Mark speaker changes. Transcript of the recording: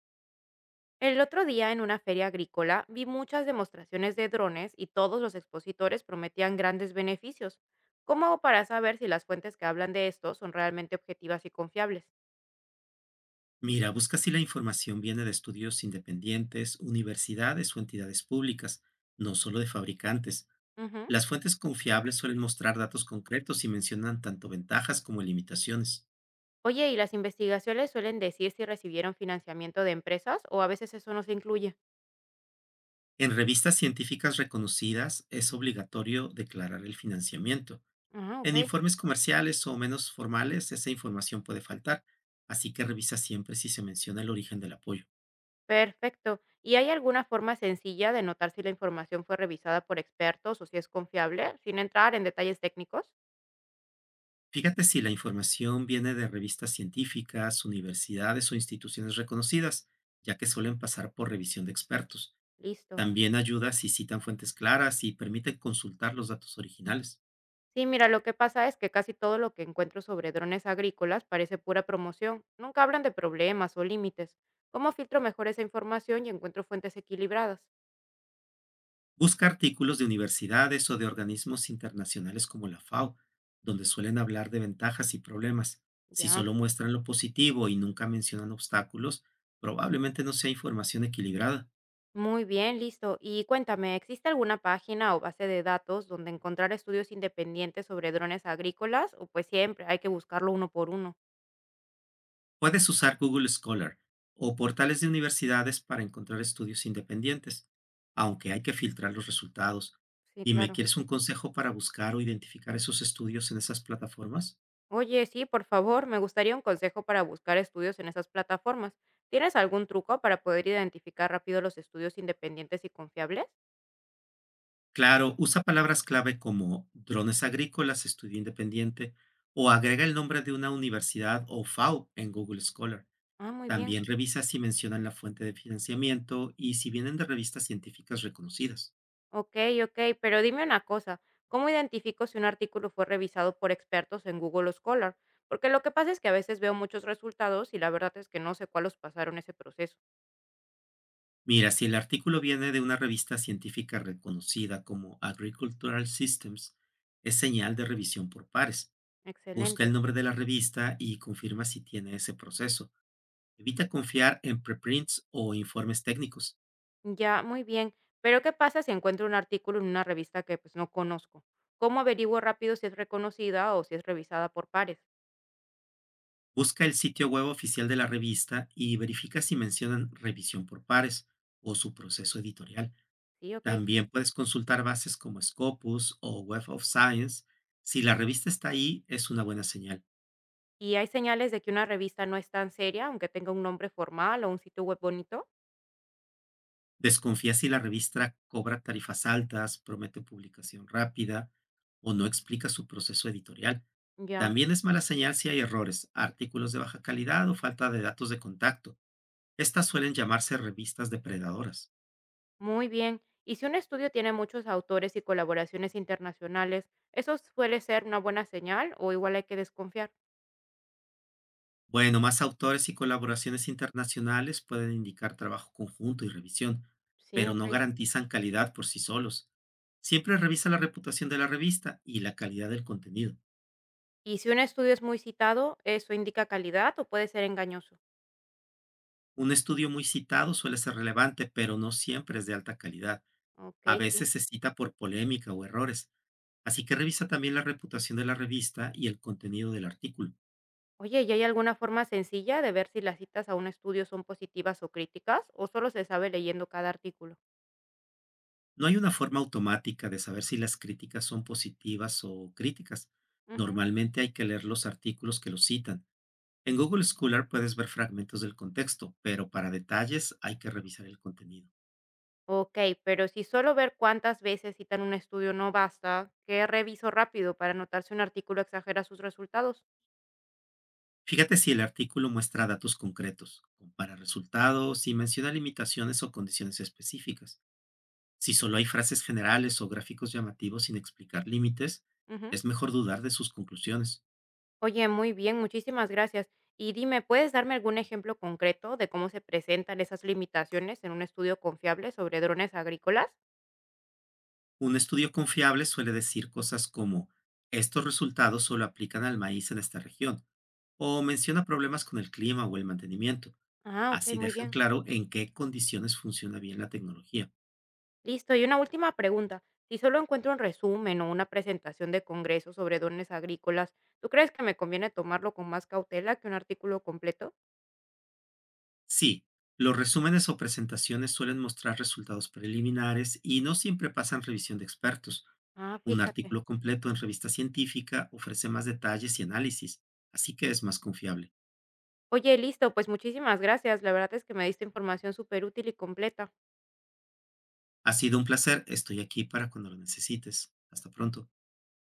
Speaker 1: El otro día en una feria agrícola vi muchas demostraciones de drones y todos los expositores prometían grandes beneficios. ¿Cómo hago para saber si las fuentes que hablan de esto son realmente objetivas y confiables?
Speaker 2: Mira, busca si la información viene de estudios independientes, universidades o entidades públicas, no solo de fabricantes.
Speaker 1: Ujú.
Speaker 2: Las fuentes confiables suelen mostrar datos concretos y mencionan tanto ventajas como limitaciones.
Speaker 1: Oye, ¿y las investigaciones suelen decir si recibieron financiamiento de empresas o a veces eso no se incluye?
Speaker 2: En revistas científicas reconocidas es obligatorio declarar el financiamiento.
Speaker 1: Ah,
Speaker 2: En
Speaker 1: ok.
Speaker 2: informes comerciales o menos formales esa información puede faltar, así que revisa siempre si se menciona el origen del apoyo.
Speaker 1: Perfecto. ¿Y hay alguna forma sencilla de notar si la información fue revisada por expertos o si es confiable, sin entrar en detalles técnicos?
Speaker 2: Fíjate si la información viene de revistas científicas, universidades o instituciones reconocidas, ya que suelen pasar por revisión de expertos.
Speaker 1: Listo.
Speaker 2: También ayuda si citan fuentes claras y permiten consultar los datos originales.
Speaker 1: Sí, mira, lo que pasa es que casi todo lo que encuentro sobre drones agrícolas parece pura promoción. Nunca hablan de problemas o límites. ¿Cómo filtro mejor esa información y encuentro fuentes equilibradas?
Speaker 2: Busca artículos de universidades o de organismos internacionales como la FAO, donde suelen hablar de ventajas y problemas. Si
Speaker 1: Ya.
Speaker 2: solo muestran lo positivo y nunca mencionan obstáculos, probablemente no sea información equilibrada.
Speaker 1: Muy bien, listo. Y cuéntame, ¿existe alguna página o base de datos donde encontrar estudios independientes sobre drones agrícolas? O pues siempre hay que buscarlo uno por uno.
Speaker 2: Puedes usar Google Scholar o portales de universidades para encontrar estudios independientes, aunque hay que filtrar los resultados.
Speaker 1: Sí,
Speaker 2: Dime,
Speaker 1: claro.
Speaker 2: ¿quieres un consejo para buscar o identificar esos estudios en esas plataformas?
Speaker 1: Oye, sí, por favor, me gustaría un consejo para buscar estudios en esas plataformas. ¿Tienes algún truco para poder identificar rápido los estudios independientes y confiables?
Speaker 2: Claro, usa palabras clave como drones agrícolas, estudio independiente, o agrega el nombre de una universidad o FAO en Google Scholar.
Speaker 1: Ah, muy bien.
Speaker 2: También revisa si mencionan la fuente de financiamiento y si vienen de revistas científicas reconocidas.
Speaker 1: Okey, okey, pero dime una cosa, ¿cómo identifico si un artículo fue revisado por expertos en Google Scholar? Porque lo que pasa es que a veces veo muchos resultados y la verdad es que no sé cuáles pasaron ese proceso.
Speaker 2: Mira, si el artículo viene de una revista científica reconocida como Agricultural Systems, es señal de revisión por pares. Busca el
Speaker 1: Excelente.
Speaker 2: nombre de la revista y confirma si tiene ese proceso. Evita confiar en preprints o informes técnicos.
Speaker 1: Ya, muy bien. Pero, ¿qué pasa si encuentro un artículo en una revista que, pues, no conozco? ¿Cómo averiguo rápido si es reconocida o si es revisada por pares?
Speaker 2: Busca el sitio web oficial de la revista y verifica si mencionan revisión por pares o su proceso editorial.
Speaker 1: Sí, okey.
Speaker 2: También puedes consultar bases como Scopus o Web of Science. Si la revista está ahí, es una buena señal.
Speaker 1: ¿Y hay señales de que una revista no es tan seria, aunque tenga un nombre formal o un sitio web bonito?
Speaker 2: Desconfía si la revista cobra tarifas altas, promete publicación rápida o no explica su proceso editorial.
Speaker 1: Ya.
Speaker 2: También es mala señal si hay errores, artículos de baja calidad o falta de datos de contacto. Estas suelen llamarse revistas depredadoras.
Speaker 1: Muy bien. Y si un estudio tiene muchos autores y colaboraciones internacionales, ¿eso suele ser una buena señal o igual hay que desconfiar?
Speaker 2: Bueno, más autores y colaboraciones internacionales pueden indicar trabajo conjunto y revisión,
Speaker 1: Sí,
Speaker 2: pero no
Speaker 1: ok.
Speaker 2: garantizan calidad por sí solos. Siempre revisa la reputación de la revista y la calidad del contenido.
Speaker 1: Y si un estudio es muy citado, ¿eso indica calidad o puede ser engañoso?
Speaker 2: Un estudio muy citado suele ser relevante, pero no siempre es de alta calidad.
Speaker 1: Ok,
Speaker 2: A
Speaker 1: sí.
Speaker 2: veces se cita por polémica o errores, así que revisa también la reputación de la revista y el contenido del artículo.
Speaker 1: Oye, ¿y hay alguna forma sencilla de ver si las citas a un estudio son positivas o críticas o solo se sabe leyendo cada artículo?
Speaker 2: No hay una forma automática de saber si las críticas son positivas o críticas.
Speaker 1: Ujú.
Speaker 2: Normalmente hay que leer los artículos que los citan. En Google Scholar puedes ver fragmentos del contexto, pero para detalles hay que revisar el contenido.
Speaker 1: Ok, pero si solo ver cuántas veces citan un estudio no basta, ¿qué reviso rápido para notar si un artículo exagera sus resultados?
Speaker 2: Fíjate si el artículo muestra datos concretos, compara resultados y menciona limitaciones o condiciones específicas. Si solo hay frases generales o gráficos llamativos sin explicar límites,
Speaker 1: Ujú.
Speaker 2: es mejor dudar de sus conclusiones.
Speaker 1: Oye, muy bien, muchísimas gracias. Y dime, ¿puedes darme algún ejemplo concreto de cómo se presentan esas limitaciones en un estudio confiable sobre drones agrícolas?
Speaker 2: Un estudio confiable suele decir cosas como, estos resultados solo aplican al maíz en esta región, o menciona problemas con el clima o el mantenimiento.
Speaker 1: Ah, ok,
Speaker 2: Así
Speaker 1: muy
Speaker 2: dejan
Speaker 1: bien.
Speaker 2: claro en qué condiciones funciona bien la tecnología.
Speaker 1: Listo. Y una última pregunta. Si solo encuentro un resumen o una presentación de congreso sobre drones agrícolas, ¿tú crees que me conviene tomarlo con más cautela que un artículo completo?
Speaker 2: Sí, los resúmenes o presentaciones suelen mostrar resultados preliminares y no siempre pasan revisión de expertos.
Speaker 1: Ah,
Speaker 2: Un
Speaker 1: fíjate.
Speaker 2: artículo completo en revista científica ofrece más detalles y análisis, así que es más confiable.
Speaker 1: Oye, listo, pues muchísimas gracias. La verdad es que me diste información súper útil y completa.
Speaker 2: Ha sido un placer, estoy aquí para cuando lo necesites. Hasta pronto.